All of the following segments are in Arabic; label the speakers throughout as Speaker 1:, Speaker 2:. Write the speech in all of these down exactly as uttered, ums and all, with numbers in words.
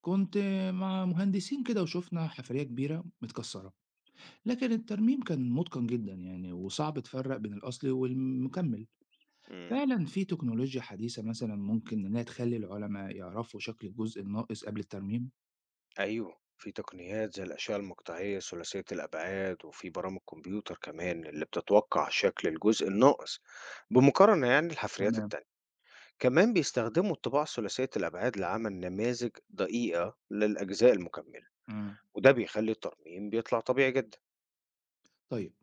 Speaker 1: كنت مع مهندسين كده وشفنا حفرية كبيرة متكسرة لكن الترميم كان متقن جدا يعني وصعب تفرق بين الأصلي والمكمل.
Speaker 2: إمم،
Speaker 1: فعلا في تكنولوجيا حديثة مثلا ممكن إنها تخلي العلماء يعرفوا شكل الجزء الناقص قبل الترميم.
Speaker 2: أيوه، في تقنيات زي الأشعة المقطعية ثلاثية الأبعاد، وفي برامج كمبيوتر كمان اللي بتتوقع شكل الجزء الناقص بمقارنة يعني الحفريات
Speaker 1: تمام.
Speaker 2: التانية، كمان بيستخدموا الطباعة ثلاثية الأبعاد لعمل نماذج دقيقة للأجزاء المكملة،
Speaker 1: مم.
Speaker 2: وده بيخلي الترميم بيطلع طبيعي جدًا.
Speaker 1: طيب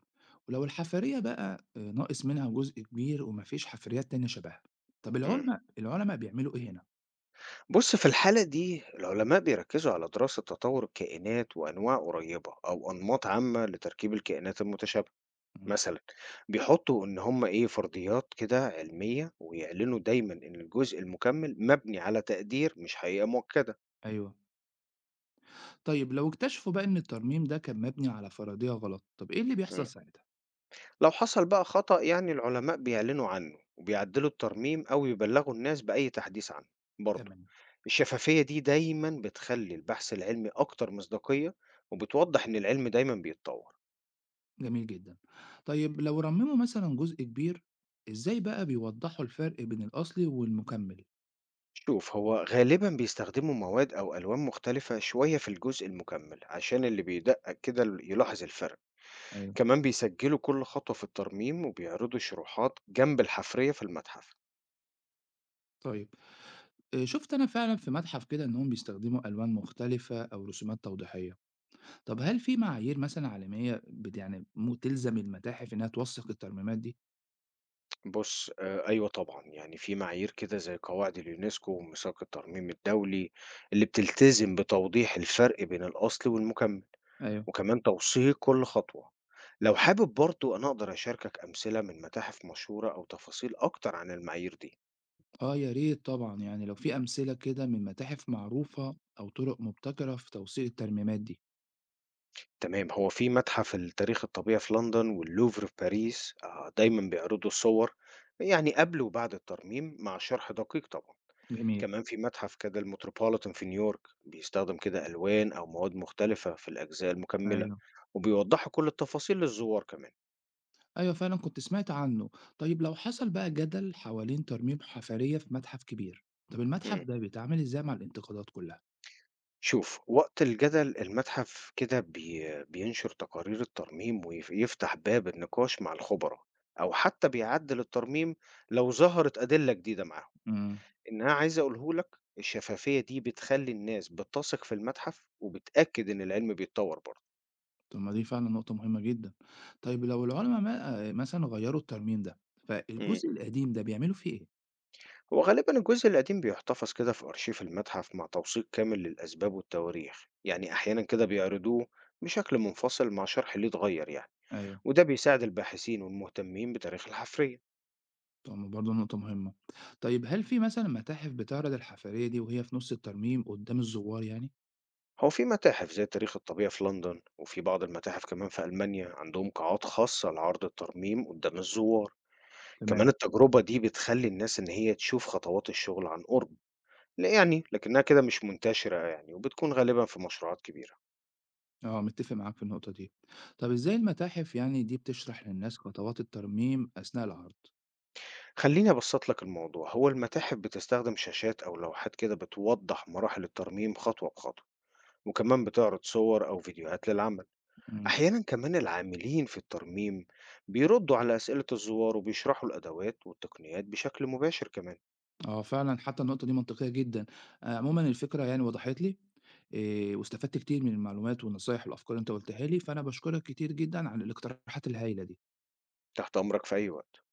Speaker 1: ولو الحفرية بقى آه، ناقص منها جزء كبير ومفيش حفريات تانية شبهها. طب
Speaker 2: إمم،
Speaker 1: العلماء العلماء بيعملوا إيه هنا؟
Speaker 2: بُص في الحالة دي العلماء بيركزوا على دراسة تطور الكائنات وأنواع قريبة أو أنماط عامة لتركيب الكائنات المتشابهة.
Speaker 1: مم.
Speaker 2: مثلًا بيحطوا إن هم إيه، فرضيات كده علمية، ويعلنوا دايمًا إن الجزء المكمل مبني على تقدير مش حقيقة مؤكدة.
Speaker 1: أيوه. طيب لو اكتشفوا بقى إن الترميم ده كان مبني على فرضية غلط طب إيه اللي بيحصل
Speaker 2: إمم.
Speaker 1: ساعتها؟
Speaker 2: لو حصل بقى خطأ يعني العلماء بيعلنوا عنه، وبيعدلوا الترميم أو يبلغوا الناس بأي تحديث عنه. برضه
Speaker 1: تمام.
Speaker 2: الشفافية دي دايمًا بتخلي البحث العلمي أكتر مصداقية، وبتوضح إن العلم دايمًا بيتطور.
Speaker 1: جميل جدًا. طيب لو رمّموا مثلًا جزء كبير، إزاي بقى بيوضّحوا الفرق بين الأصلي والمُكمّل؟
Speaker 2: شوف هو غالبًا بيستخدموا مواد أو ألوان مختلفة شوية في الجزء المكمل، عشان اللي بيدقق كده ال يلاحظ الفرق.
Speaker 1: أيوه.
Speaker 2: كمان بيسجلوا كل خطوة في الترميم وبيعرضوا شروحات جنب الحفرية في المتحف.
Speaker 1: طيب آآ شُفت أنا فعلًا في متحف كده إنّهم بيستخدموا ألوان مختلفة أو رسومات توضيحية. طب هل في معايير مثلًا عالمية بت يعني م تلزم المتاحف إنّها توثّق الترميمات دي؟
Speaker 2: بص آه أيوة طبعا يعني في معايير كده زي قواعد اليونسكو وميثاق الترميم الدولي اللي بتلتزم بتوضيح الفرق بين الأصل والمكمل،
Speaker 1: أيوه.
Speaker 2: وكمان توثيق كل خطوة. لو حابب برضو أنا أقدر أشاركك أمثلة من متاحف مشهورة أو تفاصيل أكتر عن المعايير دي.
Speaker 1: آه يا ريت طبعًا، يعني لو في أمثلة كده من متاحف معروفة أو طُرق مبتكرة في توثيق الترميمات دي.
Speaker 2: تمام، هو في متحف التاريخ الطبيعي في لندن واللوفر في باريس آه، دايما بيعرضوا الصور يعني قبل وبعد الترميم مع شرح دقيق طبعا.
Speaker 1: جميل.
Speaker 2: كمان في متحف كده المتروبوليتان في نيويورك بيستخدم كده ألوان أو مواد مختلفة في الأجزاء المكملة،
Speaker 1: أيوه.
Speaker 2: وبيوضحوا كل التفاصيل للزوار كمان.
Speaker 1: أيوه فعلًا كنت سمعت عنه. طيب لو حصل بقى جدل حوالين ترميم حفرية في متحف كبير، طب
Speaker 2: مم.
Speaker 1: المتحف ده بيتعامل إزاي مع الانتقادات كلها؟
Speaker 2: شوف وقت الجدل المتحف كده بي بينشر تقارير الترميم ويفتح باب النقاش مع الخبراء، أو حتى بيعدل الترميم لو ظهرت أدلة جديدة معاهم.
Speaker 1: إمم،
Speaker 2: إن أنا عايز أقوله لك الشفافية دي بتخلّي الناس بتثق في المتحف، وبتأكد إن العلم بيتطور برضه.
Speaker 1: طب ما دي فعلًا نقطة مهمة جدًا. طيب لو العلما بقى مثلًا غيّروا الترميم ده،
Speaker 2: إمم.
Speaker 1: فالجزء القديم ده بيعملوا فيه إيه؟
Speaker 2: هو غالبًا الجزء القديم بيحتفظ كده في أرشيف المتحف مع توثيق كامل للأسباب والتواريخ، يعني أحيانًا كده بيعرضوه بشكل منفصل مع شرح ليه اتغير يعني،
Speaker 1: أيوه.
Speaker 2: وده بيساعد الباحثين والمهتمين بتاريخ الحفرية.
Speaker 1: طب ما برضه نقطة مهمة. طيب هل في مثلًا متاحف بتعرض الحفرية دي وهي في نُص الترميم قدّام الزوّار يعني؟
Speaker 2: هو في متاحف زي تاريخ الطبيعة في لندن، وفي بعض المتاحف كمان في ألمانيا عندهم قاعات خاصة لعرض الترميم قدام الزوار. كمان
Speaker 1: تمام.
Speaker 2: التجربة دي بتخلّي الناس إن هي تشوف خطوات الشغل عن قرب. لأ يعني، لكنها كده مش منتشرة يعني، وبتكون غالبًا في مشروعات كبيرة.
Speaker 1: آه متّفق معاك في النقطة دي. طب إزاي المتاحف يعني دي بتشرح للناس خطوات الترميم أثناء العرض؟
Speaker 2: خلّيني أبسّط لك الموضوع، هو المتاحف بتستخدم شاشات أو لوحات كده بتوضّح مراحل الترميم خطوة بخطوة، وكمان بتعرض صور أو فيديوهات للعمل.
Speaker 1: إمم.
Speaker 2: أحيانًا كمان العاملين في الترميم بيردّوا على أسئلة الزوار وبيشرحوا الأدوات والتقنيات بشكل مباشر كمان.
Speaker 1: آه فعلًا، حتى النقطة دي منطقية جدًا. آآ عمومًا الفكرة يعني وضحت لي، آآ واستفدت كتير من المعلومات والنصايح والأفكار اللي أنت قُلتها لي، فأنا باشكرك كتير جدًا على الاقتراحات الهايلة دي.
Speaker 2: تحت أمرك في أي وقت.